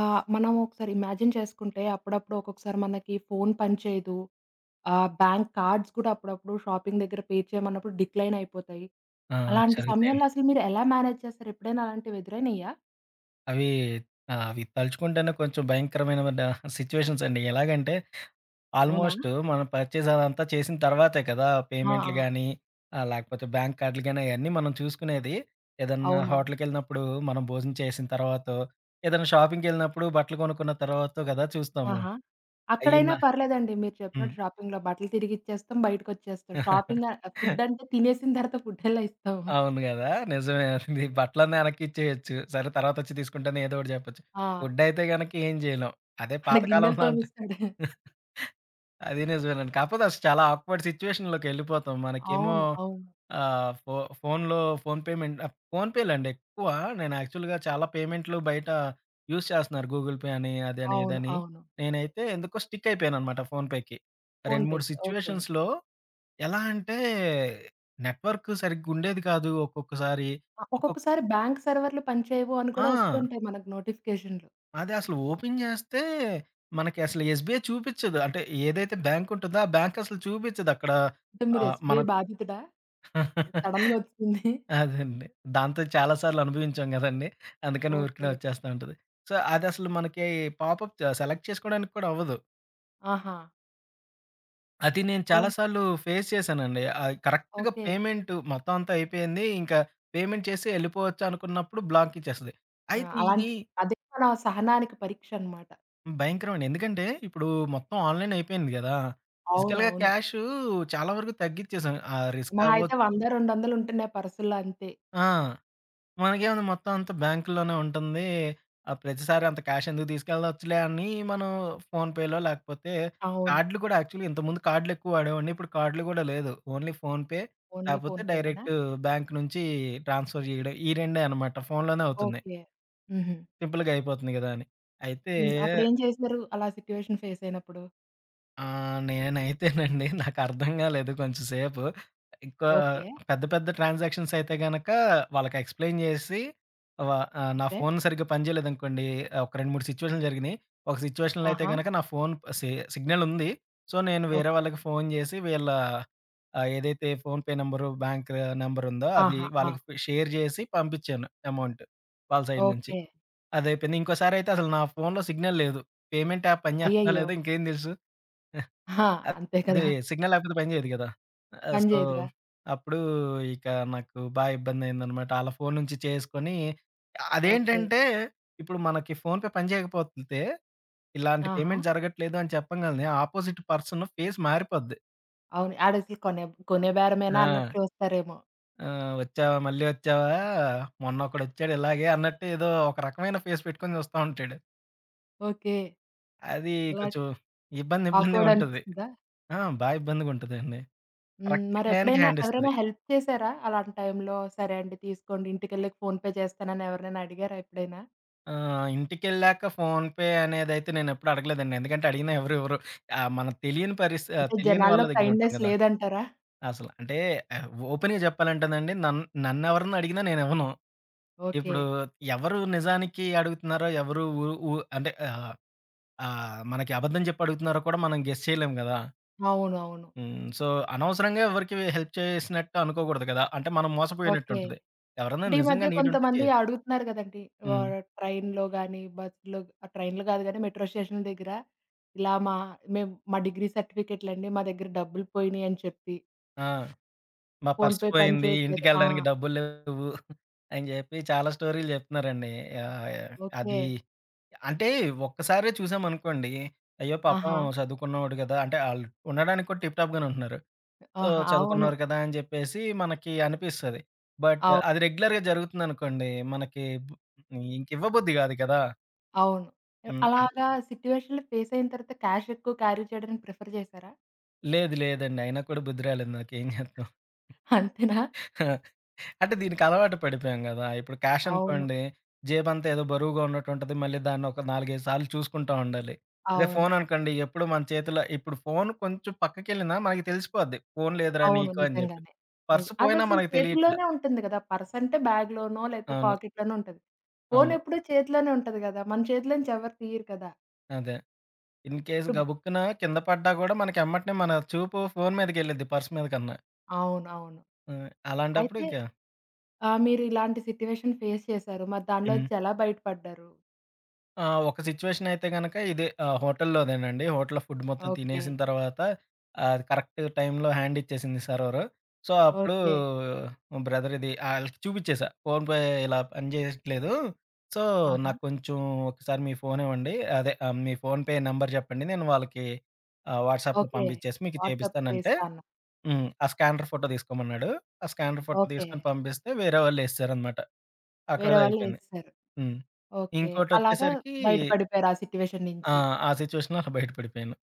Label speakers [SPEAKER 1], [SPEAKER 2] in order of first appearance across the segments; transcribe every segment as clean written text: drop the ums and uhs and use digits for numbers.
[SPEAKER 1] ఆ! మనం ఒకసారి ఇమాజిన్ చేసుకుంటే అప్పుడప్పుడు ఒక్కొక్కసారి మనకి ఫోన్ పనిచేయదు. బ్యాంక్ కార్డ్స్ కూడా అప్పుడప్పుడు షాపింగ్ దగ్గర పే చేయమన్నప్పుడు డిక్లైన్ అయిపోతాయి.
[SPEAKER 2] ఆ!
[SPEAKER 1] అలాంటి
[SPEAKER 2] జరుగుతాయండి.
[SPEAKER 1] సమయంలో అసలు మీరు ఎలా మేనేజ్ చేస్తారు? ఎప్పుడైనా అలాంటివి ఎదురైనయా?
[SPEAKER 2] అవి అవి తలుచుకుంటేనే కొంచెం భయంకరమైన సిట్యుయేషన్స్ అండి. ఎలాగంటే
[SPEAKER 1] అవునా?
[SPEAKER 2] ఆల్మోస్ట్ మనం పర్చేజ్ అదంతా చేసిన తర్వాతే కదా!
[SPEAKER 1] ఆ!
[SPEAKER 2] పేమెంట్‌లు
[SPEAKER 1] ఆ!
[SPEAKER 2] గాని, లేకపోతే బ్యాంక్ కార్డ్‌లు గాని అయన్నీ మనం చూసుకునేది. ఏదన్నా
[SPEAKER 1] అవునవును.
[SPEAKER 2] హోటల్‌కెళ్ళినప్పుడు మనం భోజనం చేసిన తర్వాతో, ఏదైనా షాపింగ్‌కెళ్ళినప్పుడు బట్టలు కొనుక్కున్న తర్వాతో కదా చూస్తాము.
[SPEAKER 1] ఆహా!
[SPEAKER 2] అయ్యిన్న
[SPEAKER 1] అక్కడైనా పర్లేదండి. మీరు
[SPEAKER 2] హ్మ్.
[SPEAKER 1] చెప్పినట్టు షాపింగ్‌లో బట్టలు తిరిగిచ్చేస్తాం, బయటకొచ్చేస్తాం. షాపింగ్ ఫుడ్ అంటే తినేసిన తర్వాత ఫుడ్ ఎలా ఇస్తాం?
[SPEAKER 2] అవును గదా! నిజమే అది. బట్టలన్నా వెనక్కిచ్చేయొచ్చు. సరే తర్వాతొచ్చి తీసుకుంటాను ఏదో ఒకటి చెప్పొచ్చు.
[SPEAKER 1] ఆ!
[SPEAKER 2] ఫుడ్ అయితే గనక ఏం జేయలేం. అదే
[SPEAKER 1] ఆడ గిన్నెలు
[SPEAKER 2] పాతకాలంలో
[SPEAKER 1] తోమిస్తాడు.
[SPEAKER 2] అది నిజమేనండి. కాకపోతే అసలు చాలా ఆక్వర్డ్ సిట్యుయేషన్‌లోకెళ్ళిపోతాం. మనకేమో
[SPEAKER 1] అవును. అవును.
[SPEAKER 2] ఆహ్, ఫో ఫోన్‌లో ఫోన్ పేమెంట్ ఫోన్‌పే‌లండి ఎక్కువ. నేను యాక్చువల్‌గా చాలా పేమెంట్‌లు బయట యూజ్ చేస్తున్నారు. గూగుల్ పే అని, అదని,
[SPEAKER 1] అవును.
[SPEAKER 2] ఇదని.
[SPEAKER 1] అవును.
[SPEAKER 2] నేనైతే ఎందుకో స్టిక్ అయిపోయాననమాట ఫోన్‌పే‌కి. 2, 3
[SPEAKER 1] ఫోన్‌పే‌కి. ఓకే.
[SPEAKER 2] సిట్యుయేషన్స్‌లో ఎలా అంటే నెట్వర్క్ సరిగ్గుండేది కాదు ఒక్కొక్కసారి.
[SPEAKER 1] ఆ!
[SPEAKER 2] ఒక్కొక్క
[SPEAKER 1] ఒక్కొక్కసారి బ్యాంక్ సర్వర్‌లు పనిచేయవు అని
[SPEAKER 2] ఆ!
[SPEAKER 1] కూడా వస్తుంటాయి మనకు నోటిఫికేషన్‌లు.
[SPEAKER 2] అది అసలు ఓపెన్ జేస్తే, మనకి అసలు ఎస్‌బీఐ చూపిచ్చదు. అంటే ఏదైతే బ్యాంక్ ఉంటదో, ఆ బ్యాంక్ అసలు చూపిచ్చదక్కడ.
[SPEAKER 1] అంటే మీరు
[SPEAKER 2] ఆహ్,
[SPEAKER 1] ఎస్‌బీఐ
[SPEAKER 2] మనం
[SPEAKER 1] బాధితుడా? సడెన్‌గా వచ్చింది.
[SPEAKER 2] అదండి. దాంతో చాలా సార్లు అనుభవించాం గదండీ! అందుకని ఊరికనే
[SPEAKER 1] ఓకే.
[SPEAKER 2] వచ్చేస్తా ఉంటది. సో, అదసలు మనకి పాపప్ చ సెలెక్ట్ చేసుకోవడానికి కూడా అవ్వదు.
[SPEAKER 1] ఆహా!
[SPEAKER 2] అది నేను చాలా
[SPEAKER 1] అలాంటి
[SPEAKER 2] సార్లు ఫేస్ చేశానండి. కరెక్ట్‌గా
[SPEAKER 1] ఓకే.
[SPEAKER 2] పేమెంట్ మొత్తం అంతా అయిపోయింది. ఇంకా పేమెంట్ చేసి ఎళ్ళిపోవచ్చు అనుకున్నప్పుడు బ్లాక్ ఇచ్చేస్తది.
[SPEAKER 1] ఆ!
[SPEAKER 2] అయితే ఇది
[SPEAKER 1] అలాంటి అదే మన సహనానికి పరీక్ష అన్నమాట.
[SPEAKER 2] భయంకరమండి. ఎందుకంటే, ఇప్పుడు మొత్తం ఆన్‌లైన్ అయిపోయింది గదా! ఫిజికల్‌గా
[SPEAKER 1] అవునవును.
[SPEAKER 2] క్యాషు చాలా వరకు తగ్గిచ్చేసాం. ఆ రిస్క్
[SPEAKER 1] మహా అయితే
[SPEAKER 2] అవ్వచ్చు
[SPEAKER 1] 100, 200 ఉంటున్నాయి పర్సుల్లో అంతే.
[SPEAKER 2] ఆ! మనకేముంది మొత్తం అంతా బ్యాంకుల్లోనే ఉంటుంది. ప్రతిసారి అంత క్యాష్ ఎందుకు తీసుకెళ్ళొచ్చులే అని మనం ఫోన్‌పేలో లేకపోతే
[SPEAKER 1] అవును.
[SPEAKER 2] కార్డ్‌లు కూడా యాక్చువల్లీ ఇంతకుముందు కార్డ్‌లెక్కువ వాడేవాడిని. ఇప్పుడు కార్డ్‌లు గూడా లేదు. ఓన్లీ ఫోన్‌పే
[SPEAKER 1] ఓన్లీ
[SPEAKER 2] లేపోతే
[SPEAKER 1] ఫోన్ పేనేనా?
[SPEAKER 2] డైరెక్ట్ బ్యాంక్ నుంచి ట్రాన్స్‌ఫర్ జేయడం. ఈ రెండే అనమాట. ఫోన్‌లోనే అవుతుంది.
[SPEAKER 1] ఓకే. హుహు.
[SPEAKER 2] సింపుల్‌గా అయిపోతుంది గదా! అని. అయితే
[SPEAKER 1] హ్మ్. అప్పుడేం చేశారు? అలా సిట్యుయేషన్ ఫేస్ అయినప్పుడు?
[SPEAKER 2] ఆ! నేనైతేనండి నాకర్థం గాలేదు కొంచెం సేపు. ఎక్కువ
[SPEAKER 1] ఓకే.
[SPEAKER 2] పెద్ద పెద్ద ట్రాన్సాక్షన్స్ అయితే గనక వాళ్ళకి ఎక్స్‌ప్లెయిన్ జేసి వ నా
[SPEAKER 1] ఓకే.
[SPEAKER 2] ఫోన్ సరిగ్గా పనిజేయలేదనుకోండి. ఒక 2, 3 సిట్యుయేషన్‌లు జరిగినియి. ఒక సిట్యుయేషన్‌లో అయితే
[SPEAKER 1] ఆహా!
[SPEAKER 2] గనక నా ఫోన్ సి సిగ్నల్ ఉంది. సో, నేను వేరే
[SPEAKER 1] ఓకే.
[SPEAKER 2] వాళ్ళకి ఫోన్ జేసి ఏదైతే ఫోన్‌పే నంబరు, బ్యాంక్ నంబర్ ఉందో అది
[SPEAKER 1] ఆహా! ఆ!
[SPEAKER 2] వాళ్ళకి షేర్ జేసి పంపిచ్చాను అమౌంట్ వాళ్ళ సైడ్ నుంచి.
[SPEAKER 1] ఓకే.
[SPEAKER 2] అదయిపోయింది. ఇంకోసారయితే అసలు నా ఫోన్‌లో సిగ్నల్ లేదు. పేమెంట్ యాప్ పని జేస్తుందో
[SPEAKER 1] అయ్యయ్యో!
[SPEAKER 2] లేదో ఇంకేం దెలుసు.
[SPEAKER 1] ఆ!
[SPEAKER 2] అ
[SPEAKER 1] అంతే
[SPEAKER 2] అది
[SPEAKER 1] కదా!
[SPEAKER 2] సిగ్నల్ లేకపోతే పని చేయదు గదా!
[SPEAKER 1] పని
[SPEAKER 2] సో,
[SPEAKER 1] చేయదుగా.
[SPEAKER 2] అప్పుడు ఇక నాకు బా ఇబ్బందయిందనమాట. ఆళ్ళ ఫోను నుంచి చేసుకొని
[SPEAKER 1] ఓకే.
[SPEAKER 2] అదేంటంటే, ఇప్పుడు మనకి ఫోన్‌పే పని చేయకపోతే, ఇలాంటి
[SPEAKER 1] ఆహా!
[SPEAKER 2] పేమెంట్ జరగట్లేదు అని చెప్పంగాల్నే ఆపోజిట్ పర్సన్ ఫేస్ మారిపోద్ది.
[SPEAKER 1] అవును. ఆడసలు కొనే కొనే బేరమేనా
[SPEAKER 2] ఆ!
[SPEAKER 1] అన్నట్టు చూస్తారేమో.
[SPEAKER 2] ఆ! "వచ్చావా? మళ్ళీ వచ్చావా? మొన్నొకడొచ్చాడు ఇలాగే" అన్నట్టు ఏదో ఒక రకమైన ఫేస్ పెట్టుకొని చూస్తా ఉంటాడు.
[SPEAKER 1] ఓకే.
[SPEAKER 2] అది
[SPEAKER 1] అలా
[SPEAKER 2] కొంచెం ఇబ్బంది ఇబ్బందిగా
[SPEAKER 1] ఆక్వర్డ్
[SPEAKER 2] ఉంటది.
[SPEAKER 1] అనిపిస్తదా?
[SPEAKER 2] ఆ! బా ఇబ్బందిగుంటదండి.
[SPEAKER 1] హ్మ్.
[SPEAKER 2] కరెక్ట్ టయానికి
[SPEAKER 1] మరెప్పుడైనా
[SPEAKER 2] హ్యాండిస్తది.
[SPEAKER 1] ఎవరైనా హెల్ప్ చేసారా? అలాంటి టైంలో సరే అండి తీసుకోండి ఇంటికెళ్ళాక ఫోన్‌పే చేస్తానని ఎవరినైనా అడిగారా ఎప్పుడైనా?
[SPEAKER 2] ఆ! ఇంటికెళ్ళాక ఫోన్‌పే అనేదైతే నేనెప్పుడు అడగలేదండి. ఎందుకంటే అడిగినా ఎవరు ఇవ్వరు. మనకు తెలియని
[SPEAKER 1] అంటే
[SPEAKER 2] తెలియని వాళ్ళ
[SPEAKER 1] జనాల్లో
[SPEAKER 2] దగ్గర ఉంటాం
[SPEAKER 1] కైండ్‌నెస్
[SPEAKER 2] కదా!
[SPEAKER 1] లేదంటారా?
[SPEAKER 2] అసల అంటే ఆహ్, ఓపెన్‌గా చెప్పాలంటేనండి నన్నెవరన్నా అడిగినా నేనివ్వను.
[SPEAKER 1] ఓకే.
[SPEAKER 2] ఇప్పుడు ఎవరు నిజానికి అడుగుతున్నారో, ఎవరు ఊ ఊ అంటే ఆహ్, ఆహ్, మనకి అబద్ధం చెప్పి అడుగుతున్నారో కూడా మనం గెస్ చేయలేం కదా!
[SPEAKER 1] అవునవును.
[SPEAKER 2] హ్మ్. సో, అనవసరంగా ఎవరికీ హెల్ప్ చేసినట్టు అనుకోకూడదు కదా! అంటే మనం
[SPEAKER 1] ఓకే.
[SPEAKER 2] మోసపోయినట్టుంటది. ఎవరైనా
[SPEAKER 1] అంటే ఈ
[SPEAKER 2] నిజంగా
[SPEAKER 1] మధ్య
[SPEAKER 2] నీడ్ ఉంటే
[SPEAKER 1] కొంతమంది
[SPEAKER 2] చేయొచ్చు.
[SPEAKER 1] అడుగుతున్నారు గదండీ!
[SPEAKER 2] హ్మ్.
[SPEAKER 1] ట్రైన్‌లో గాని, బస్సులో ట్రైన్‌లో గాదు గానీ మెట్రో స్టేషన్‌ల దగ్గర ఇలా మేము మా డిగ్రీ సర్టిఫికేట్‌లండి మా దగ్గర డబ్బులు పోయినియి అని చెప్పి
[SPEAKER 2] ఆ! మా పర్స్
[SPEAKER 1] ఫోన్‌పే పని
[SPEAKER 2] పోయింది.
[SPEAKER 1] చేయట్లేదు. ఆ!
[SPEAKER 2] ఇంటికెళ్ళడానికి డబ్బులు లేవు అని జెప్పి చాలా స్టోరీలు జెప్తున్నారండి. ఆహ్,
[SPEAKER 1] ఓకే.
[SPEAKER 2] అది అంటే ఒక్కసారే చూసామనుకోండి, అయ్యో! పాపం
[SPEAKER 1] ఆహా!
[SPEAKER 2] చదువుకున్నోడు గదా! అంటే ఆళ్ళు ఉండడానికి కూడా టిప్ టాప్ గానే ఉంటున్నారు. సో,
[SPEAKER 1] ఆహా! అవును.
[SPEAKER 2] చదువుకున్నారు కదా! అని జెప్పేసి మనకి అనిపిస్తది. బట్
[SPEAKER 1] అవు
[SPEAKER 2] అది రెగ్యులర్‌గా జరుగుతుందనుకోండి, మనకి బ్ ఇంకివ్వబుద్ధి గాదు కదా!
[SPEAKER 1] అవును.
[SPEAKER 2] హ్మ్.
[SPEAKER 1] అలాగా సిట్యుయేషన్‌లు ఫేస్ అయిన తర్వాత క్యాష్ ఎక్కువ క్యారీ చేయడానికి ప్రిఫర్ చేసారా?
[SPEAKER 2] లేదు లేదండి. అయినా కూడా బుద్ధి రాలేదు నాకేం జేత్తాం.
[SPEAKER 1] అంతేనా?
[SPEAKER 2] అంటే దీనికి అలవాటు పడిపోయాం గదా! ఇప్పుడు క్యాష్
[SPEAKER 1] అవును.
[SPEAKER 2] అనుకోండి, జేబంతా ఏదో బరువుగా ఉన్నట్టుంటది. మళ్ళీ దాన్ని ఒక 4, 5 సార్లు చూసుకుంటా ఉండాలి. అదే
[SPEAKER 1] అవును.
[SPEAKER 2] ఫోను అనుకోండి, ఎప్పుడు మన చేతిలో ఇప్పుడు ఫోను కొంచెం పక్కకెళ్ళినా మనకి తెలిసిపోద్ది. ఫోను లేదురా
[SPEAKER 1] అవును.
[SPEAKER 2] నీకు అని జెప్పి.
[SPEAKER 1] నిజంగానే. నిజ
[SPEAKER 2] పర్స్ పోయినా
[SPEAKER 1] అదసలు
[SPEAKER 2] మనకు తెలియట్లా.
[SPEAKER 1] చేతుల్లోనే ఉంటుంది కదా! పర్స్ అంటే బ్యాగ్‌లోనో లేతే
[SPEAKER 2] అవును.
[SPEAKER 1] పాకెట్‌లోనో ఉంటది. ఫోన్
[SPEAKER 2] అవును.
[SPEAKER 1] ఎప్పుడూ చేతిలోనే ఉంటది కదా! మన చేతిలో నుంచి ఎవరు తీయరు కదా!
[SPEAKER 2] అదే. ఇన్ కేస్
[SPEAKER 1] ఇప్పుడు
[SPEAKER 2] గబుక్కున కింద పడ్డా గూడా మనకి ఎమ్మటనే మన చూపు ఫోను మీదకెళ్ళిద్ది పర్స్ మీద కన్నా.
[SPEAKER 1] అవును. అవును.
[SPEAKER 2] హ్మ్. అలాంటప్పుడు
[SPEAKER 1] అయితే
[SPEAKER 2] ఇక
[SPEAKER 1] మీరు ఇలాంటి సిట్యుయేషన్ ఫేస్ చేసారు. మరి
[SPEAKER 2] హ్మ్.
[SPEAKER 1] దానిలోంచి ఎలా బయటపడ్డారు?
[SPEAKER 2] ఆ! ఒక సిట్యుయేషన్ అయితే గనక హోటల్‌లోదేనండి. హోటల్ ఫుడ్ మొత్తం
[SPEAKER 1] ఓకే.
[SPEAKER 2] తినేసిన తర్వాత అది కరెక్ట్ టైంలో హ్యాండ్ ఇచ్చేసింది సర్వరు. సో, అప్పుడు
[SPEAKER 1] ఓకే.
[SPEAKER 2] బ్రదర్ ఇది ఆళ్ళకి చూపిచ్చేసా. ఫోన్‌పే ఇలా పని చేయట్లేదు. సో,
[SPEAKER 1] ఆహా!
[SPEAKER 2] నాకు కొంచెం ఒకసారి మీ ఫోన్ ఇవ్వండి. మీ ఫోన్‌పే నంబర్ చెప్పండి. నేను వాళ్ళకి వాట్సాప్‌లో
[SPEAKER 1] ఓకే.
[SPEAKER 2] పంపించేసి మీకు
[SPEAKER 1] వాట్సాప్
[SPEAKER 2] చేపిస్తానంటే
[SPEAKER 1] చేస్తాను.
[SPEAKER 2] హ్మ్. ఆ స్కానర్ ఫోటో తీసుకోమన్నాడు. ఆ స్కానర్ ఫోటో
[SPEAKER 1] ఓకే.
[SPEAKER 2] తీసుకొని పంపిస్తే వేరే వాళ్ళేసేసారనమాట.
[SPEAKER 1] వేరే
[SPEAKER 2] అక్కడితో
[SPEAKER 1] వాళ్ళు
[SPEAKER 2] అయిపోయింది.
[SPEAKER 1] చేసేసారు.
[SPEAKER 2] హ్మ్.
[SPEAKER 1] ఓకే. అలాగా
[SPEAKER 2] ఇంకోటొచ్చేసరికి
[SPEAKER 1] బయట పడిపోయారు ఆ సిట్యుయేషన్
[SPEAKER 2] ఆ!
[SPEAKER 1] నుంచి.
[SPEAKER 2] ఆ సిట్యుయేషన్‌లో అలా బయట పడిపోయాను.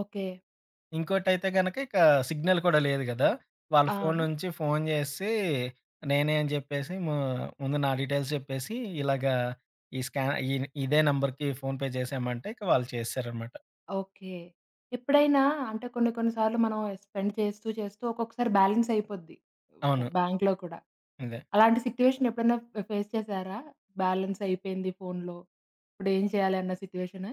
[SPEAKER 1] ఓకే.
[SPEAKER 2] ఇంకోటైతే గనక ఇక సిగ్నల్ కూడా లేదు గదా! వాళ్ళ
[SPEAKER 1] ఆ!
[SPEAKER 2] ఫోను నుంచి ఫోను జేసి, నేనే అని జెప్పేసి ముందు నా డీటెయిల్స్ చెప్పేసి, ఇలాగా ఈ స్కా ఈ ఇదే నంబర్‌కి ఫోన్‌పే చేశామంటే ఇక వాళ్ళు చేసేసారనమాట.
[SPEAKER 1] ఓకే. ఎప్పుడైనా అంటే కొన్ని కొన్ని సార్లు మనం స్పెండ్ చేస్తూ చేస్తూ ఒక్కొక్కసారి బ్యాలెన్స్ అయిపోద్ది. ఫ్
[SPEAKER 2] అవును.
[SPEAKER 1] బ్యాంక్‌లో కూడా.
[SPEAKER 2] అదే.
[SPEAKER 1] అలాంటి సిట్యుయేషన్ ఎప్పుడైనా ఫ్ ఫేస్ చేసారా? బ్యాలెన్స్ అయిపోయింది ఫోన్‌లో. ఇప్పుడేం చేయాలి అన్న సిట్యుయేషనా?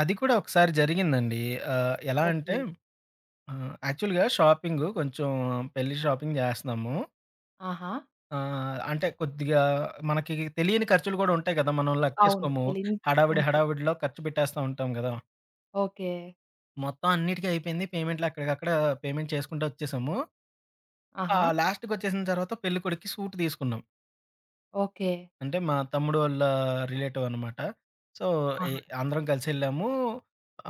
[SPEAKER 2] అది కూడా ఒకసారి జరిగిందండి. ఎలా అంటే
[SPEAKER 1] ఓకే.
[SPEAKER 2] యాక్చువల్‌గా షాపింగు కొంచెం పెళ్లి షాపింగ్ జేస్తన్నాము.
[SPEAKER 1] ఆహా!
[SPEAKER 2] అంటే కొద్దిగా మనకి తెలియని ఖర్చులు గూడా ఉంటాయి గదా! మనం
[SPEAKER 1] అవును.
[SPEAKER 2] లెక్కేసుకోము.
[SPEAKER 1] తెలియని
[SPEAKER 2] హడావిడి
[SPEAKER 1] ఉంటాయి.
[SPEAKER 2] హడావిడిలో ఖర్చు పెట్టేస్తా ఉంటాం గదా!
[SPEAKER 1] ఓకే.
[SPEAKER 2] మొత్తం అన్నిటికి అయిపోయింది. పేమెంట్లు అక్కడికక్కడ పేమెంట్ చేసుకుంటూ వచ్చేసాము.
[SPEAKER 1] ఆహా!
[SPEAKER 2] లాస్ట్‌కొచ్చేసిన తర్వాత పెళ్ళికొడుక్కి సూట్ తీసుకున్నాం.
[SPEAKER 1] ఓకే.
[SPEAKER 2] అంటే మా తమ్ముడు వాళ్ళ రిలేటివ్ అనమాట. సో, ఎ
[SPEAKER 1] ఆహా!
[SPEAKER 2] అందరం కలిసెళ్ళాము.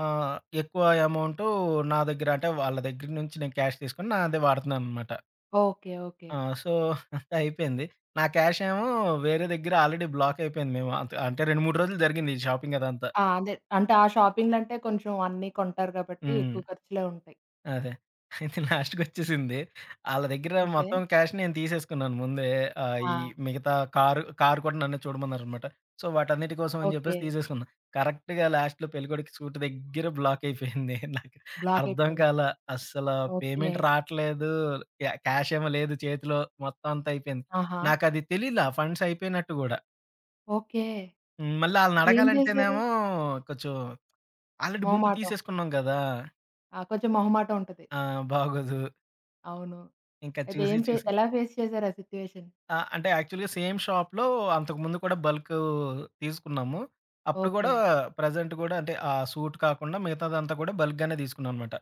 [SPEAKER 2] ఆహ్, ఎక్కువ అమౌంటు నా దగ్గర అంటే వాళ్ళ దగ్గర నుంచి నేను క్యాష్ తీసుకొని నాదే వాడుతున్నాననమాట.
[SPEAKER 1] ఓకే. ఓకే.
[SPEAKER 2] ఆ! సో, అంతా అయిపోయింది. నా క్యాష్ ఏమో వేరే దగ్గర ఆల్రెడీ బ్లాక్ అయిపోయింది. మేము అంత అంటే 2, 3 రోజులు జరిగింది ఈ షాపింగ్ అదంతా.
[SPEAKER 1] ఆ! అదే. అంటే ఆ షాపింగ్‌లంటే కొంచెం అన్నీ కొంటారు కాబట్టి
[SPEAKER 2] హ్మ్.
[SPEAKER 1] ఎక్కువ ఖర్చులే ఉంటాయి.
[SPEAKER 2] అదే. అయితే లాస్ట్‌కొచ్చేసింది. ఆళ్ళ దగ్గర
[SPEAKER 1] ఓకే.
[SPEAKER 2] మొత్తం క్యాష్ నేను తీసేసుకున్నాను ముందే. ఆహ్,
[SPEAKER 1] ఆ!
[SPEAKER 2] ఈ మిగతా కారు కూడా నన్నే చూడమన్నారనమాట. సో, వాటన్నిటి కోసం అని
[SPEAKER 1] ఓకే.
[SPEAKER 2] జెప్పేసి తీసేసుకున్నా. కరెక్ట్‌గా లాస్ట్‌లో పెళ్ళికొడుకు స్కూటీ దగ్గర బ్లాక్ అయిపోయింది. నాకు
[SPEAKER 1] బ్లాక్
[SPEAKER 2] అర్థం
[SPEAKER 1] అయిపోయింది.
[SPEAKER 2] కాలా. అస్సల
[SPEAKER 1] ఓకే.
[SPEAKER 2] పేమెంట్ రాట్లేదు. క్యాష్ ఏమో లేదు చేతిలో. మొత్తం అంతా అయిపోయింది.
[SPEAKER 1] ఆహా!
[SPEAKER 2] నాకది తెలీలా ఫండ్స్ అయిపోయినట్టు గూడా.
[SPEAKER 1] ఓకే.
[SPEAKER 2] హ్మ్. మళ్ళీ ఆళ్ళని
[SPEAKER 1] ఇప్పుడేం చేశారు?
[SPEAKER 2] అడగాలంటేనేమో కొంచెం ఆల్రెడీ ముందు
[SPEAKER 1] మొహమాటం.
[SPEAKER 2] తీసేసుకున్నాం గదా!
[SPEAKER 1] ఆ! కొంచెం మొహమాటం ఉంటది.
[SPEAKER 2] ఆ! బాగోదు.
[SPEAKER 1] అవును.
[SPEAKER 2] ఇంకా
[SPEAKER 1] అయితే
[SPEAKER 2] చూసి
[SPEAKER 1] ఏం ఫే
[SPEAKER 2] చూసి
[SPEAKER 1] ఎలా ఫేస్ చేశారు ఆ సిట్యుయేషన్?
[SPEAKER 2] ఆ! అంటే యాక్చువల్‌గా సేమ్ షాప్‌లో అంతకుముందు కూడా బల్క్ తీసుకున్నాము. అప్పుడు
[SPEAKER 1] ఓకే.
[SPEAKER 2] గూడా ప్రెజెంట్ గూడా అంటే ఆ సూట్ కాకుండా మిగతాదంతా కూడా బల్క్‌గానే తీసుకున్నాననమాట.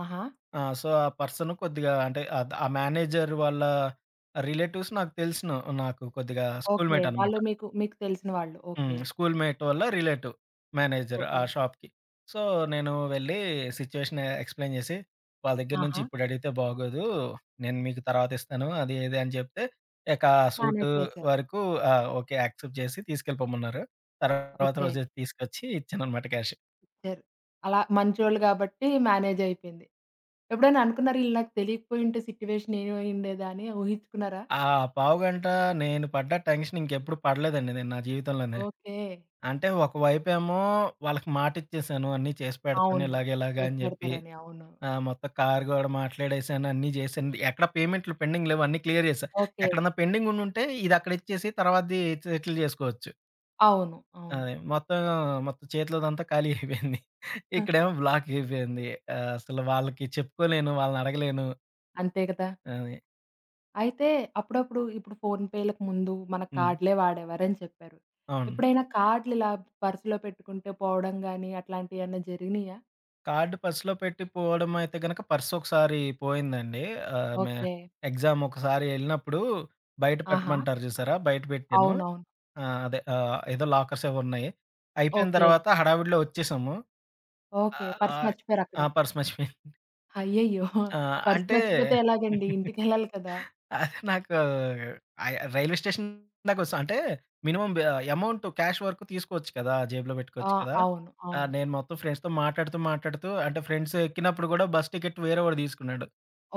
[SPEAKER 1] ఆహా!
[SPEAKER 2] ఆ! సో, ఆ పర్సన్ కొద్దిగా అంటే ఆ మేనేజర్ వాళ్ళ రిలేటివ్స్ నాకు తెలిసును. నాకు కొద్దిగా
[SPEAKER 1] ఓకే.
[SPEAKER 2] స్కూల్‌మేట్ అనమాట.
[SPEAKER 1] వాళ్ళు మీకు మీకు తెలిసిన వాళ్ళు.
[SPEAKER 2] హ్మ్.
[SPEAKER 1] ఓకే.
[SPEAKER 2] స్కూల్ మేట్ వల్ల రిలేటివ్ మేనేజర్ ఆ
[SPEAKER 1] ఓకే.
[SPEAKER 2] షాప్‌కి. సో, నేను వెళ్ళి సిట్యుయేషన్ ఎక్స్‌ప్లెయిన్ చేసి, వాళ్ళ దగ్గర నుంచి
[SPEAKER 1] ఆహా!
[SPEAKER 2] ఇప్పుడు అడిగితే బాగోదు. నేను మీకు తర్వాత ఇస్తాను. అది ఇది అని చెప్తే, ఇక ఆ సూట్
[SPEAKER 1] మేనేజ్ చేశారు.
[SPEAKER 2] వరకు ఆ! ఓకే. యాక్సెప్ట్ చేసి తీసుకెళ్ళిపోమన్నారు. తర్వాత
[SPEAKER 1] ఓకే.
[SPEAKER 2] రోజు తీసుకొచ్చి ఇచ్చాననమాట క్యాష్.
[SPEAKER 1] ఇచ్చారు. అలా మంచోళ్ళు కాబట్టి మేనేజ్ అయిపోయింది. ఎప్పుడైనా అనుకున్నారా ఈళ్ళు నాకు తెలియకపోయుంటే సిట్యుయేషన్ ఏమైయుండేదా అని ఊహించుకున్నారా?
[SPEAKER 2] ఆ పావుగంట నేను పడ్డ టెన్షన్ ఇంకెప్పుడు పడలేదండి నేను నా జీవితంలోనే.
[SPEAKER 1] ఓకే.
[SPEAKER 2] అంటే ఒకవైపేమో వాళ్ళకి మాటిచ్చేసాను. అన్నీ చేసి పెడతాను
[SPEAKER 1] అవును.
[SPEAKER 2] ఇలాగ ఇలాగ
[SPEAKER 1] చేసి
[SPEAKER 2] అని చెప్పి.
[SPEAKER 1] పెడతారని. అవును.
[SPEAKER 2] ఆ! మొత్తం కారు గూడా మాట్లాడేసాను. అన్నీ జేసాను. ఎక్కడ పేమెంట్‌లు పెండింగ్ లేవు. అన్నీ క్లియర్ జేశా.
[SPEAKER 1] ఓకే.
[SPEAKER 2] ఎక్కడన్నా పెండింగ్ ఉండుంటే ఇది అక్కడ ఇచ్చేసి తర్వాతది సెటిల్ జేసుకోవచ్చు.
[SPEAKER 1] అవును. అవును.
[SPEAKER 2] అదే మొత్తం, మొత్తం చేతిలోదంతా ఖాళీ అయిపోయింది.
[SPEAKER 1] ఆ!
[SPEAKER 2] ఇక్కడేమో బ్లాక్ అయిపోయింది. అసలు వాళ్ళకి చెప్పుకోలేను. వాళ్ళని అడగలేను.
[SPEAKER 1] అంతే కదా!
[SPEAKER 2] అది.
[SPEAKER 1] అయితే అప్పుడప్పుడు ఇప్పుడు ఫోన్‌పే‌లకు ముందు మన
[SPEAKER 2] హ్మ్.
[SPEAKER 1] కార్డ్‌లే వాడేవారని చెప్పారు.
[SPEAKER 2] అవును.
[SPEAKER 1] ఎప్పుడైనా కార్డ్‌లు ఇలా పర్సులో పెట్టుకుంటే పోవడం గాని అట్లాంటియేమన్నా జరిగినియా?
[SPEAKER 2] కార్డ్ పర్స్‌లో పెట్టి పోవడం అయితే గనక పర్స్ ఒకసారి పోయిందండి. ఆహ్, మే
[SPEAKER 1] ఓకే.
[SPEAKER 2] ఎగ్జామ్ ఒకసారి ఎళ్ళినప్పుడు బయట
[SPEAKER 1] ఆహా!
[SPEAKER 2] పెట్టమంటారు చూసారా? బయట పెట్టాను.
[SPEAKER 1] అవునవును.
[SPEAKER 2] ఏదో లాకర్స్ ఏవో ఉన్నాయి. అయిపోయిన
[SPEAKER 1] ఓకే.
[SPEAKER 2] తర్వాత హడావిడిలో వచ్చేసాము.
[SPEAKER 1] ఓకే.
[SPEAKER 2] ఆహ్, ఆ!
[SPEAKER 1] పర్స్
[SPEAKER 2] ఆ!
[SPEAKER 1] మర్చిపోయారక్కడే.
[SPEAKER 2] పర్స్ మర్చిపోయాను.
[SPEAKER 1] అయ్యయ్యో!
[SPEAKER 2] ఆ!
[SPEAKER 1] పర్స్
[SPEAKER 2] అంటే
[SPEAKER 1] మర్చిపోతే ఎలాగండి? ఇంటికెళ్ళాలి కదా!
[SPEAKER 2] అది నాకు రైల్వే స్టేషన్ దాకొస్తా అంటే మినిమమ్ బ అమౌంట్ క్యాష్ వరకు తీసుకోవచ్చు కదా! జేబులో
[SPEAKER 1] ఆ!
[SPEAKER 2] పెట్టుకోవచ్చు కదా!
[SPEAKER 1] అవును. అవును.
[SPEAKER 2] నేను మొత్తం ఫ్రెండ్స్‌తో మాట్లాడుతూ అంటే ఫ్రెండ్స్ ఎక్కినప్పుడు కూడా బస్ టికెట్ వేరే వాడు తీసుకున్నాడు.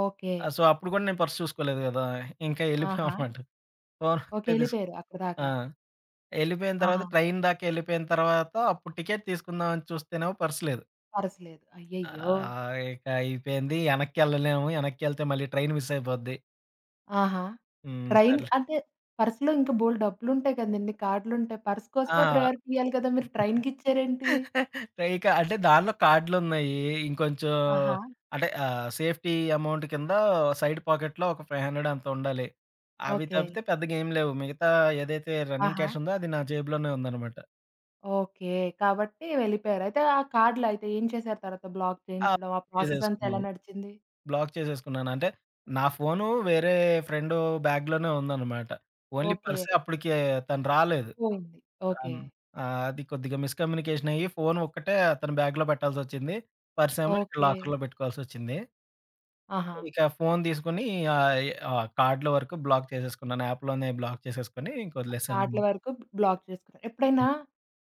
[SPEAKER 1] ఓకే.
[SPEAKER 2] సో, అప్పుడు కూడా నేను పర్స్ చూసుకోలేదు కదా! ఇంకా
[SPEAKER 1] ఆహా!
[SPEAKER 2] ఎళ్ళిపోయామనమాట. Phone
[SPEAKER 1] okay.
[SPEAKER 2] ఒకటే తీసు
[SPEAKER 1] ఎళ్ళిపోయారు
[SPEAKER 2] ఆ!
[SPEAKER 1] అక్కడిదాకా.
[SPEAKER 2] ఎళ్ళిపోయిన తర్వాత
[SPEAKER 1] ఆహా!
[SPEAKER 2] ట్రైన్ దాకా ఎళ్ళిపోయిన తర్వాత అప్పుడు టికెట్ తీసుకుందాం అని చూస్తేనేమో పర్స్ లేదు.
[SPEAKER 1] పర్స్ లేదు. అయ్యయ్యో!
[SPEAKER 2] ఇక అయిపోయింది. ఎనక్కి ఎళ్ళలేము. ఎనక్కి ఎళ్తే మళ్ళీ ట్రైన్ మిస్ అయిపోద్ది.
[SPEAKER 1] ఆహా!
[SPEAKER 2] హ్మ్.
[SPEAKER 1] ట్రైన్
[SPEAKER 2] సర్లే
[SPEAKER 1] అంటే పర్స్‌లో ఇంకా బోలెడు డబ్బులుంటాయి కదండీ! కార్డ్‌లుంటాయి. పర్స్ కోసమే
[SPEAKER 2] ఆ!
[SPEAKER 1] ప్రయారిటీ ఇయ్యాలి కదా! మీరు ట్రైన్‌కిచ్చారేంటి?
[SPEAKER 2] ఇక అంటే దానిలో కార్డ్‌లున్నాయి. ఇంకొంచెం
[SPEAKER 1] ఆహా!
[SPEAKER 2] అంటే సేఫ్టీ అమౌంట్ కింద సైడ్ పాకెట్‌లో ఒక 500 అంత ఉండాలి. అవి
[SPEAKER 1] ఓకే.
[SPEAKER 2] తప్పితే పెద్దగా ఏం లేవు. మిగతా ఏదైతే రన్నింగ్
[SPEAKER 1] ఆహా!
[SPEAKER 2] క్యాష్ ఉందో అది నా జేబులోనే ఉందనమాట.
[SPEAKER 1] ఓకే. కాబట్టి వెళ్ళిపోయారు. అయితే ఆ కార్డ్‌లు అయితే ఏం చేశారు తర్వాత? బ్లాక్
[SPEAKER 2] ఆ!
[SPEAKER 1] చేయించడం ఆ ప్రాసెస్ అంతా ఎలా
[SPEAKER 2] చేసేసుకున్నాను.
[SPEAKER 1] నడిచింది?
[SPEAKER 2] బ్లాక్ చేసేసుకున్నాను. అంటే నా ఫోను వేరే ఫ్రెండు బ్యాగ్‌లోనే ఉందనమాట. Only
[SPEAKER 1] okay.
[SPEAKER 2] పర్సే అప్పటికి తను రాలేదు.
[SPEAKER 1] పోయింది. ఓకే.
[SPEAKER 2] అవును. ఆ! అది కొద్దిగా మిస్‌కమ్యూనికేషన్ అయ్యి ఫోను ఒక్కటే అతని బ్యాగ్‌లో పెట్టాల్సొచ్చింది. పర్సేమో ఇక్కడ
[SPEAKER 1] ఓకే.
[SPEAKER 2] లాకర్‌లో పెట్టుకోవాల్సొచ్చింది.
[SPEAKER 1] ఆహా!
[SPEAKER 2] ఇక ఫోను తీసుకొని కార్డ్‌ల వరకు బ్లాక్ చేసేసుకున్నాను. యాప్‌లోనే బ్లాక్ చేసేసుకొని ఇంక
[SPEAKER 1] కార్డ్‌ల
[SPEAKER 2] వదిలేసాను.
[SPEAKER 1] వరకు బ్లాక్ చేసుకున్నా. ఎప్పుడైనా
[SPEAKER 2] హ్మ్.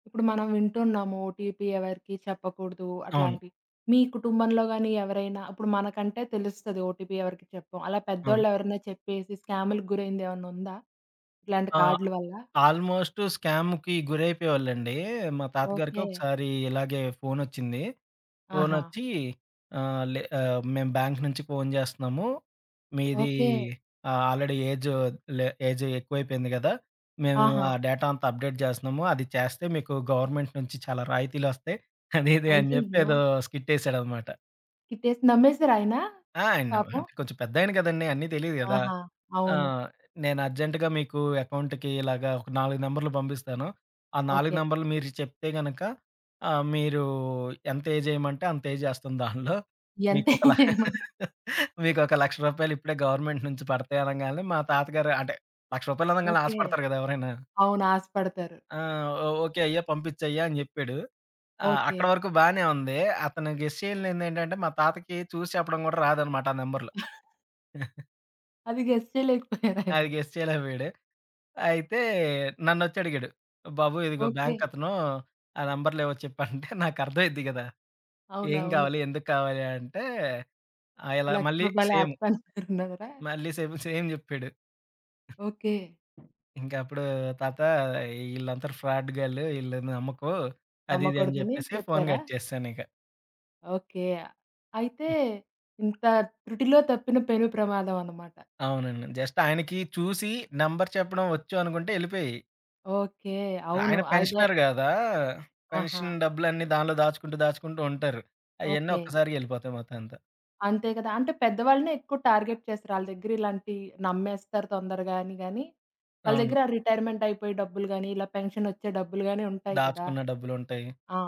[SPEAKER 1] ఇప్పుడు మనం వింటున్నాము ఓటీపీ ఎవరికీ చెప్పకూడదు
[SPEAKER 2] అవును.
[SPEAKER 1] అట్లాంటివి. మీ కుటుంబంలో గాని ఎవరైనా ఇప్పుడు మనకంటే తెలుస్తది ఓటీపీ ఎవరికీ చెప్పం. అలా
[SPEAKER 2] అవును.
[SPEAKER 1] పెద్దోళ్ళు ఎవరైనా చెప్పేసి స్కామ్‌లకి గురైంది ఏమన్నా ఉందా? ఇట్లాంటి
[SPEAKER 2] ఆ!
[SPEAKER 1] కార్డ్‌ల వల్ల?
[SPEAKER 2] ఆల్‌మోస్ట్ స్కామ్‌కి గురైపోయేవాళ్ళండి. మా తాతగారికి
[SPEAKER 1] ఓకే.
[SPEAKER 2] ఒకసారి ఇలాగే ఫోనొచ్చింది.
[SPEAKER 1] ఆహా!
[SPEAKER 2] ఫోనొచ్చి "మేము బ్యాంక్ నుంచి ఫోను చేస్తున్నాము. మీది
[SPEAKER 1] ఓకే.
[SPEAKER 2] ఆల్రెడీ ఏజ్ ఎక్కువైపోయింది కదా! మేము
[SPEAKER 1] ఆహా!
[SPEAKER 2] ఆ డేటా అంతా అప్డేట్ చేస్తున్నాము. అది చేస్తే మీకు గవర్నమెంట్ నుంచి చాలా రాయితీలొస్తాయి" అది ఇది అని చెప్పి
[SPEAKER 1] అయ్యయ్యో!
[SPEAKER 2] ఏదో స్కిట్ యేసాడనమాట.
[SPEAKER 1] కిట్టేసి నమ్మేసారా ఆయన?
[SPEAKER 2] ఆ! ఆయన
[SPEAKER 1] పాపం.
[SPEAKER 2] అంటే కొంచెం పెద్దాయన కదండీ! అన్నీ తెలీదు గదా!
[SPEAKER 1] ఆహా!
[SPEAKER 2] ఆ!
[SPEAKER 1] అవును.
[SPEAKER 2] నేను అర్జెంట్‌గా మీకు అకౌంట్‌కి ఇలాగా ఒక 4 నంబర్‌లు పంపిస్తాను. ఆ 4
[SPEAKER 1] ఓకే.
[SPEAKER 2] నంబర్‌లు మీరు చెప్తే గనక మీరు ఎంత ఎజేయమంటే అంత ఎజేస్తాను దానిలో.
[SPEAKER 1] ఎంతే
[SPEAKER 2] మీకొక ల
[SPEAKER 1] చేయమంటారు.
[SPEAKER 2] మీకొక రూ. 1,00,000 ఇప్పుడే గవర్నమెంట్ నుంచి పడతాయి అనంగాల్నే మా తాతగారు అంటే రూ. 1,00,000 అనంగాల్నే
[SPEAKER 1] ఓకే.
[SPEAKER 2] ఆశపడతారు గదా! ఎవరైనా.
[SPEAKER 1] అవును. ఆశపడతారు.
[SPEAKER 2] ఆ! ఓ ఓకే అయ్యా! పంపిచ్చయ్యా! అని జెప్పాడు. ఆ!
[SPEAKER 1] ఓకే.
[SPEAKER 2] అక్కడి వరకు బానే ఉంది. అతను గెస్ చేయలేనిదేంటంటే మా తాతకి చూసి చెప్పడం గూడా రాదనమాట ఆ నంబర్‌లు.
[SPEAKER 1] అది గెస్ చేయలేకపోయారాయన.
[SPEAKER 2] అది గెస్ చేయలేక పోయాడు. అయితే నన్నొచ్చి అడిగాడు. బాబు ఇదిగో
[SPEAKER 1] ఓకే.
[SPEAKER 2] బ్యాంకతను ఆ నంబర్‌లేవో చెప్పంటే నాకర్థమైద్ది గదా! ఏం
[SPEAKER 1] అవునవును.
[SPEAKER 2] కావాలి? ఎందుకు కావాలి? అంటే ఆహ్, ఇలా
[SPEAKER 1] రూ.
[SPEAKER 2] మళ్ళీ
[SPEAKER 1] 1,00,000
[SPEAKER 2] సేమ్,
[SPEAKER 1] యాచ్ పాన్సర్ ఉన్నదిరా.
[SPEAKER 2] మళ్ళీ సేమ్ జెప్పాడు.
[SPEAKER 1] ఓకే.
[SPEAKER 2] ఇంక అప్పుడు తాత ఈళ్ళంతా ఫ్రాడ్‌గాళ్ళు ఈళ్ళని నమ్మకు అది ఇది అని
[SPEAKER 1] నమ్మకూడదని
[SPEAKER 2] జెప్పేసి ఫోన్
[SPEAKER 1] చెప్పారా?
[SPEAKER 2] కట్ చేసేసానిక.
[SPEAKER 1] ఓకే. అయితే ఇంత త్రుటిలో తప్పిన పెను ప్రమాదం అన్నమాట.
[SPEAKER 2] అవునండి. జస్ట్ ఆయనకి చూసి నంబర్ చెప్పడం వచ్చు అనుకుంటే ఎళ్ళిపోయాయి.
[SPEAKER 1] ఓకే. అవును.
[SPEAKER 2] ఆయన
[SPEAKER 1] అదే
[SPEAKER 2] పెన్షనర్ గదా!
[SPEAKER 1] ఆహా!
[SPEAKER 2] పెన్షన్ డబ్బులన్నీ దానిలో దాచుకుంటూ ఉంటారు. అయన్నీ
[SPEAKER 1] ఓకే.
[SPEAKER 2] ఒక్కసారిగా ఎళ్ళిపోతాయి మొత్తం అంతా.
[SPEAKER 1] అంతే కదా! అంటే పెద్దవాళ్ళనే ఎక్కువ టార్గెట్ చేస్తారు. ఆళ్ళ దగ్గర ఇలాంటి నమ్మేస్తారు తొందరగా అని గాని, వాళ్ళ
[SPEAKER 2] అవును.
[SPEAKER 1] దగ్గర రిటైర్మెంట్ అయిపోయే డబ్బులు గాని, ఇలా పెన్షన్ వచ్చే డబ్బులు గాని ఉంటాయి కదా!
[SPEAKER 2] దాచుకున్న డబ్బులుంటాయి.
[SPEAKER 1] ఆ!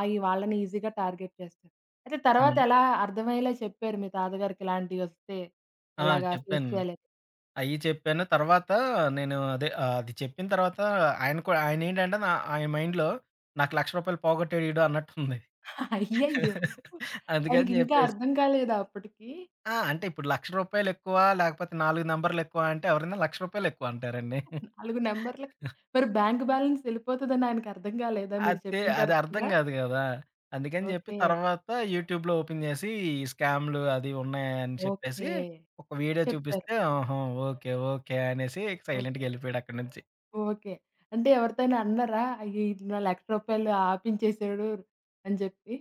[SPEAKER 1] అయి వాళ్ళని ఈజీగా టార్గెట్ చేస్తారు. అయితే తర్వాత
[SPEAKER 2] అవును.
[SPEAKER 1] ఎలా అర్థమయ్యేలా చెప్పారు మీ తాతగారికి ఇలాంటివొస్తే
[SPEAKER 2] ఆ!
[SPEAKER 1] ఎలాగా ఫేస్
[SPEAKER 2] చెప్పాను.
[SPEAKER 1] చేయాలని?
[SPEAKER 2] అయి చెప్పాను. తర్వాత అది చెప్పిన తర్వాత ఆయన కూడా ఆయనేంటంటే ఆయన మైండ్‌లో నాకు రూ. 1,00,000 పోగొట్టాడు ఈడు అన్నట్టుంది.
[SPEAKER 1] అయ్యయ్యో!
[SPEAKER 2] అందుకని
[SPEAKER 1] ఆయనకింకా
[SPEAKER 2] జెప్పేసి
[SPEAKER 1] అర్థం కాలేదా అప్పటికి?
[SPEAKER 2] ఆ! అంటే ఇప్పుడు రూ. 1,00,000 ఎక్కువ లేకపోతే 4 నంబర్‌లెక్కువ అంటే ఎవరైనా రూ. 1,00,000 ఎక్కువ అంటారండి.
[SPEAKER 1] 4 నంబర్లకి మరి బ్యాంక్ బ్యాలెన్స్ ఎళ్ళిపోతదని ఆయనకర్థం కాలేదా మీరు
[SPEAKER 2] అదే.
[SPEAKER 1] చెప్పిన
[SPEAKER 2] అది
[SPEAKER 1] తర్వాత
[SPEAKER 2] అర్థం
[SPEAKER 1] కూడా?
[SPEAKER 2] గాదు గదా! అందుకని జెప్పి
[SPEAKER 1] ఓకే.
[SPEAKER 2] తర్వాత యూట్యూబ్‌లో ఓపెన్ జేసి ఈ స్కామ్‌లు అది ఉన్నాయని చెప్పేసి
[SPEAKER 1] ఓకే.
[SPEAKER 2] ఒక వీడియో
[SPEAKER 1] చెప్పారు.
[SPEAKER 2] చూపిస్తే, "ఆహా! ఓకే. ఓకే." అనేసి
[SPEAKER 1] ఓ
[SPEAKER 2] సైలెంట్‌గా ఎళ్ళిపోయాడు అక్కడి నుంచి.
[SPEAKER 1] ఓకే. అంటే ఎవరితోనా అన్నారా? అయ్యో! ఈడు నా ₹1,00,000 ఆపించేసాడు అని చెప్పి?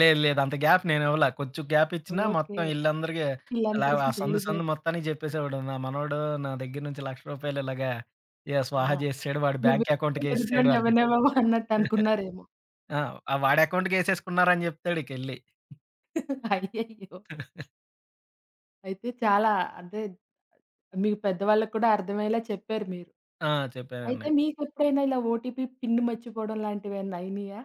[SPEAKER 2] లేదు లేదు. అంత గ్యాప్ నేనివ్వలా. కొంచెం గ్యాప్ ఇచ్చినా
[SPEAKER 1] ఓకే.
[SPEAKER 2] మొత్తం ఈళ్ళందరికీ అలా ఆ
[SPEAKER 1] వీళ్ళందరికీ
[SPEAKER 2] సందు
[SPEAKER 1] జైలు
[SPEAKER 2] సందు
[SPEAKER 1] బెయిల్.
[SPEAKER 2] మొత్తానికి జెప్పేసేవాడు. నా మనవడు నా దగ్గర నుంచి రూ. 1,00,000 ఇలాగా ఇగ
[SPEAKER 1] ఆ!
[SPEAKER 2] స్వాహా జేసేసాడు. వాడి
[SPEAKER 1] నువ్వు
[SPEAKER 2] బ్యాంక్ అకౌంట్‌కేసేసాడు
[SPEAKER 1] ఎదుటోడిని
[SPEAKER 2] అంటాడు.
[SPEAKER 1] ఎవరినేమో అన్నట్టు అనుకున్నారేమో.
[SPEAKER 2] ఆ! ఆ వాడి అకౌంట్‌కేసేసుకున్నారని జెప్తాడికెళ్ళి.
[SPEAKER 1] అయ్యయ్యో! అయితే చాలా అంటే మీకు పెద్దవాళ్ళకి కూడా అర్థమయ్యేలా చెప్పారు మీరు.
[SPEAKER 2] ఆ!
[SPEAKER 1] అయితే
[SPEAKER 2] చెప్పానండి.
[SPEAKER 1] మీకెప్పుడైనా ఇలా ఓటీపీ పిన్ మర్చిపోవడం లాంటివేమన్నా అయినియా?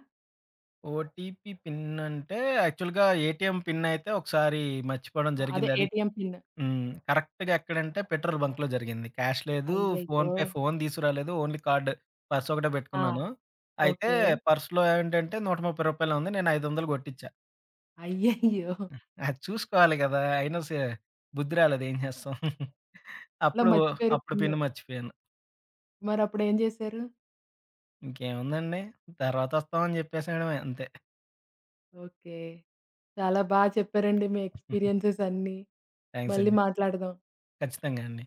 [SPEAKER 2] ఓటీపీ పిన్ అంటే యాక్చువల్‌గా ఏటీఎం పిన్ అయితే ఒకసారి మర్చిపోవడం
[SPEAKER 1] అదే
[SPEAKER 2] జరిగింది. అది
[SPEAKER 1] ఏటీఎం పిన్.
[SPEAKER 2] హ్మ్. కరెక్ట్‌గా ఎక్కడంటే పెట్రోల్ బంక్‌లో జరిగింది. క్యాష్ లేదు.
[SPEAKER 1] అయ్యయ్యో!
[SPEAKER 2] ఫోన్‌పే ఫోన్ తీసుకురాలేదు. ఓన్లీ కార్డ్ పర్స్ ఒకటే
[SPEAKER 1] ఆ!
[SPEAKER 2] పెట్టుకున్నాను. అయితే
[SPEAKER 1] ఓకే.
[SPEAKER 2] పర్స్‌లో ఏంటంటే రూ. 130 ఉంది. నేను 500 కొట్టిచ్చా.
[SPEAKER 1] అయ్యయ్యో!
[SPEAKER 2] అది చూసుకోవాలి కదా! అయినా సే బుద్ధి రాలేదు ఏం చేస్తాం.
[SPEAKER 1] అలా
[SPEAKER 2] అప్పుడు
[SPEAKER 1] మర్చిపోయారు
[SPEAKER 2] అప్పుడు
[SPEAKER 1] పిన్.
[SPEAKER 2] పిన్ మర్చిపోయాను.
[SPEAKER 1] మరప్పుడేం జేశారు?
[SPEAKER 2] ఇంకేముందండి తర్వాత వస్తామని చెప్పేసేయడమే అంతే.
[SPEAKER 1] ఓకే. చాలా బా చెప్పారండి మీ ఎక్స్‌పీరియన్సెస్ అన్నీ.
[SPEAKER 2] థాంక్స్
[SPEAKER 1] మళ్ళీ
[SPEAKER 2] అండి.
[SPEAKER 1] మాట్లాడదాం.
[SPEAKER 2] ఖచ్చితంగా అండి.